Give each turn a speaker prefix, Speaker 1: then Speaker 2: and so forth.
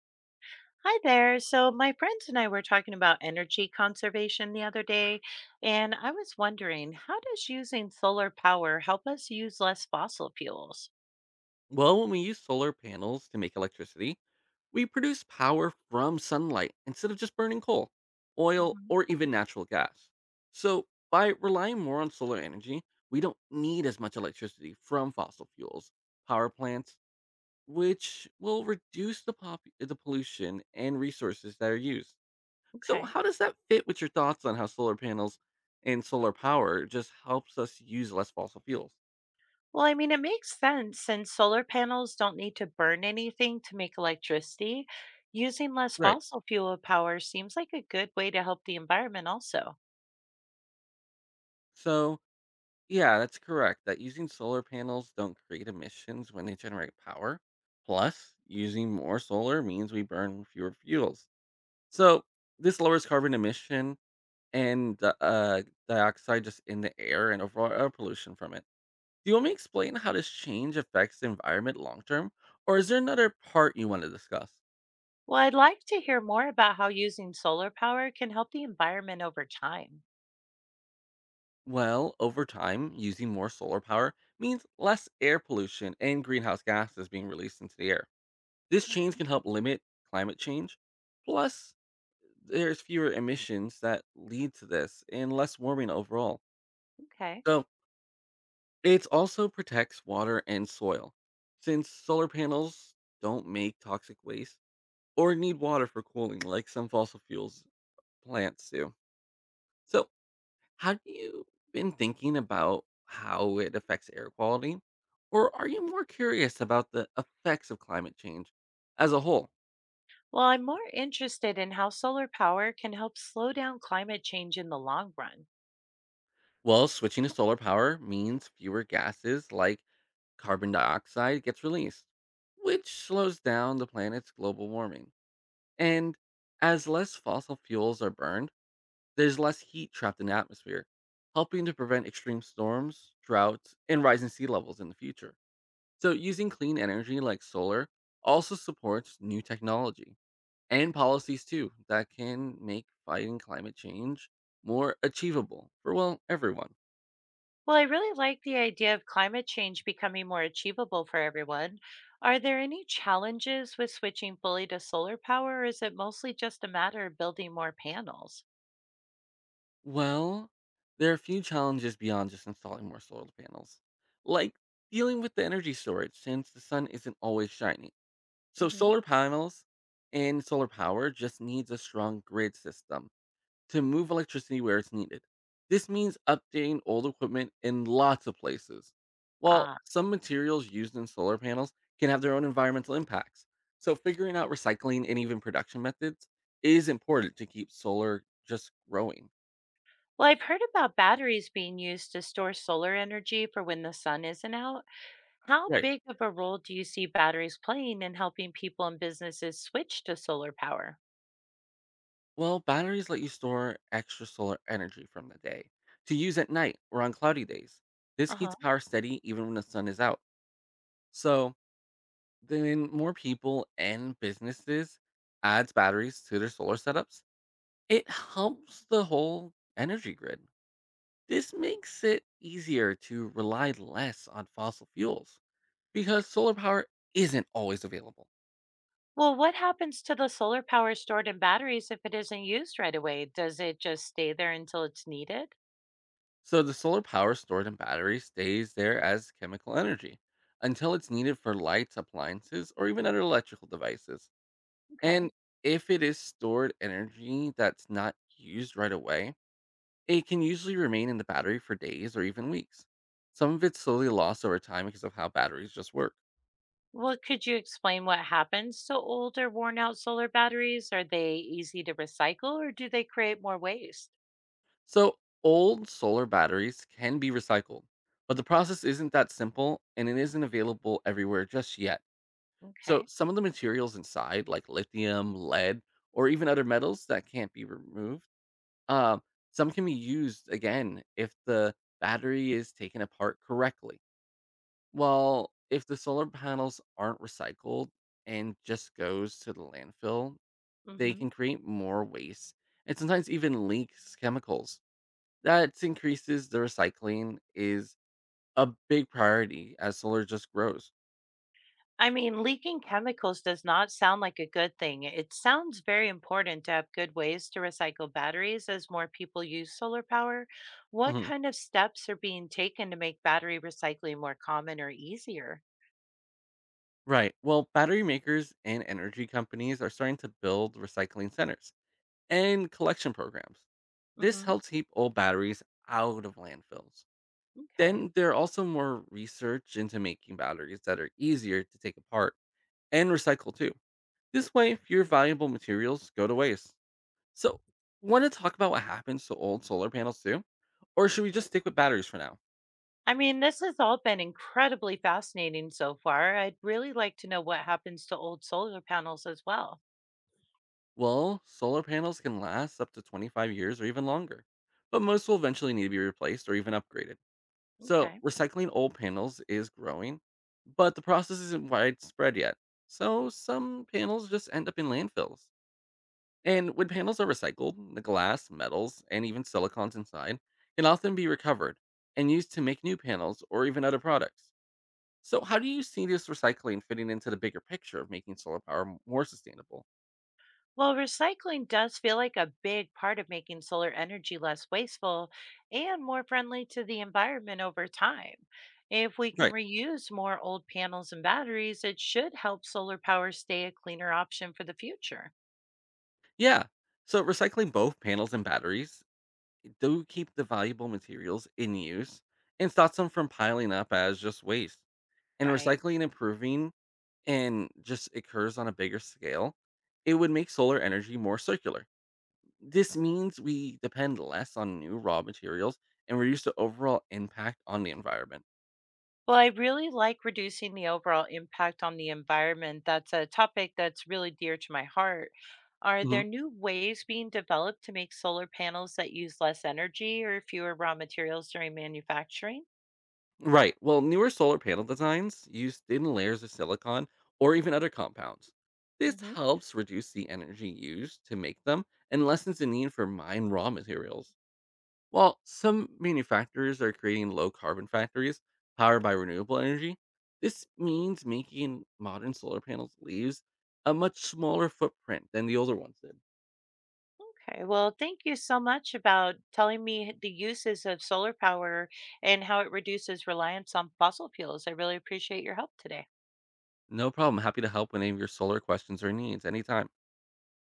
Speaker 1: Hi there. So, my friends and I were talking about energy conservation the other day, and I was wondering, how does using solar power help us use less fossil fuels?
Speaker 2: Well, when we use solar panels to make electricity, we produce power from sunlight instead of just burning coal, oil,
Speaker 1: Hmm.
Speaker 2: or even natural gas. So, by relying more on solar energy, we don't need as much electricity from fossil fuels, power plants, which will reduce the pollution and resources that are used. So,
Speaker 1: Okay.
Speaker 2: how does that fit with your thoughts on how solar panels and solar power just helps us use less fossil fuels?
Speaker 1: It makes sense since solar panels don't need to burn anything to make electricity. Using less
Speaker 2: Right.
Speaker 1: fossil fuel power seems like a good way to help the environment, also.
Speaker 2: So, Yeah, that's correct. That using solar panels don't create emissions when they generate power. Plus, using more solar means we burn fewer fuels. So, this lowers carbon emission and the dioxide just in the air and overall air pollution from it. Do you want me to explain how this change affects the environment long term? Or is there another part you want to discuss?
Speaker 1: Well, I'd like to hear more about how using solar power can help the environment over time.
Speaker 2: Well, over time, using more solar power means less air pollution and greenhouse gases being released into the air. This
Speaker 1: Mm.
Speaker 2: change can help limit climate change. Plus, there's fewer emissions that lead to this and less warming overall.
Speaker 1: Okay.
Speaker 2: So, it also protects water and soil, since solar panels don't make toxic waste or need water for cooling like some fossil fuels plants do. So, have you been thinking about how it affects air quality? Or are you more curious about the effects of climate change as a whole?
Speaker 1: Well, I'm more interested in how solar power can help slow down climate change in the long run.
Speaker 2: Well, switching to solar power means fewer gases like carbon dioxide gets released, which slows down the planet's global warming. And as less fossil fuels are burned, there's less heat trapped in the atmosphere, helping to prevent extreme storms, droughts, and rising sea levels in the future. So, using clean energy like solar also supports new technology and policies too that can make fighting climate change more achievable for, well, everyone.
Speaker 1: Well, I really like the idea of climate change becoming more achievable for everyone. Are there any challenges with switching fully to solar power, or is it mostly just a matter of building more panels?
Speaker 2: Well, there are a few challenges beyond just installing more solar panels, like dealing with the energy storage since the sun isn't always shining. So
Speaker 1: Hmm.
Speaker 2: solar panels and solar power just needs a strong grid system to move electricity where it's needed. This means updating old equipment in lots of places. While
Speaker 1: Ah,
Speaker 2: some materials used in solar panels can have their own environmental impacts, so figuring out recycling and even production methods is important to keep solar just growing.
Speaker 1: well, I've heard about batteries being used to store solar energy for when the sun isn't out. How
Speaker 2: Right.
Speaker 1: big of a role do you see batteries playing in helping people and businesses switch to solar power?
Speaker 2: Well, batteries let you store extra solar energy from the day to use at night or on cloudy days. This
Speaker 1: Uh huh.
Speaker 2: keeps power steady even when the sun is out. So, then more people and businesses adds batteries to their solar setups. It helps the whole energy grid. This makes it easier to rely less on fossil fuels because solar power isn't always available.
Speaker 1: Well, what happens to the solar power stored in batteries if it isn't used right away? Does it just stay there until it's needed?
Speaker 2: So the solar power stored in batteries stays there as chemical energy until it's needed for lights, appliances, or even other electrical devices. And
Speaker 1: Okay.
Speaker 2: if it is stored energy that's not used right away, it can usually remain in the battery for days or even weeks. Some of it's slowly lost over time because of how batteries just work.
Speaker 1: Well, could you explain what happens to old or worn out solar batteries? Are they easy to recycle or do they create more waste?
Speaker 2: So old solar batteries can be recycled, but the process isn't that simple and it isn't available everywhere just yet. So
Speaker 1: Okay.
Speaker 2: some of the materials inside, like lithium, lead, or even other metals that can't be removed, um, some can be used again if the battery is taken apart correctly. Well, if the solar panels aren't recycled and just goes to the landfill, they
Speaker 1: Hmm.
Speaker 2: can create more waste and sometimes even leaks chemicals. That increases the recycling is a big priority as solar just grows.
Speaker 1: Leaking chemicals does not sound like a good thing. It sounds very important to have good ways to recycle batteries as more people use solar power. What
Speaker 2: Mhm.
Speaker 1: kind of steps are being taken to make battery recycling more common or easier?
Speaker 2: Right. Well, battery makers and energy companies are starting to build recycling centers and collection programs. This
Speaker 1: Hmm.
Speaker 2: helps keep old batteries out of landfills.
Speaker 1: Okay.
Speaker 2: Then there are also more research into making batteries that are easier to take apart and recycle too. This way, fewer valuable materials go to waste. So, want to talk about what happens to old solar panels too? Or should we just stick with batteries for now?
Speaker 1: This has all been incredibly fascinating so far. I'd really like to know what happens to old solar panels as well.
Speaker 2: Well, solar panels can last up to 25 years or even longer, but most will eventually need to be replaced or even upgraded. So,
Speaker 1: Okay.
Speaker 2: recycling old panels is growing, but the process isn't widespread yet. So, some panels just end up in landfills. And when panels are recycled, the glass, metals, and even silicons inside can often be recovered and used to make new panels or even other products. So, how do you see this recycling fitting into the bigger picture of making solar power more sustainable?
Speaker 1: Well, recycling does feel like a big part of making solar energy less wasteful and more friendly to the environment over time. If we can
Speaker 2: Right.
Speaker 1: reuse more old panels and batteries, it should help solar power stay a cleaner option for the future.
Speaker 2: Yeah. So recycling both panels and batteries do keep the valuable materials in use and stops them from piling up as just waste. And
Speaker 1: Right.
Speaker 2: recycling improving and just occurs on a bigger scale, it would make solar energy more circular. This means we depend less on new raw materials and reduce the overall impact on the environment.
Speaker 1: Well, I really like reducing the overall impact on the environment. That's a topic that's really dear to my heart. Are there new ways being developed to make solar panels that use less energy or fewer raw materials during manufacturing?
Speaker 2: Right. Well, newer solar panel designs use thin layers of silicon or even other compounds. This
Speaker 1: Hmm.
Speaker 2: helps reduce the energy used to make them and lessens the need for mine raw materials. While some manufacturers are creating low carbon factories powered by renewable energy, this means making modern solar panels leaves a much smaller footprint than the older ones did.
Speaker 1: Okay, well, thank you so much about telling me the uses of solar power and how it reduces reliance on fossil fuels. I really appreciate your help today.
Speaker 2: No problem. Happy to help with any of your solar questions or needs anytime.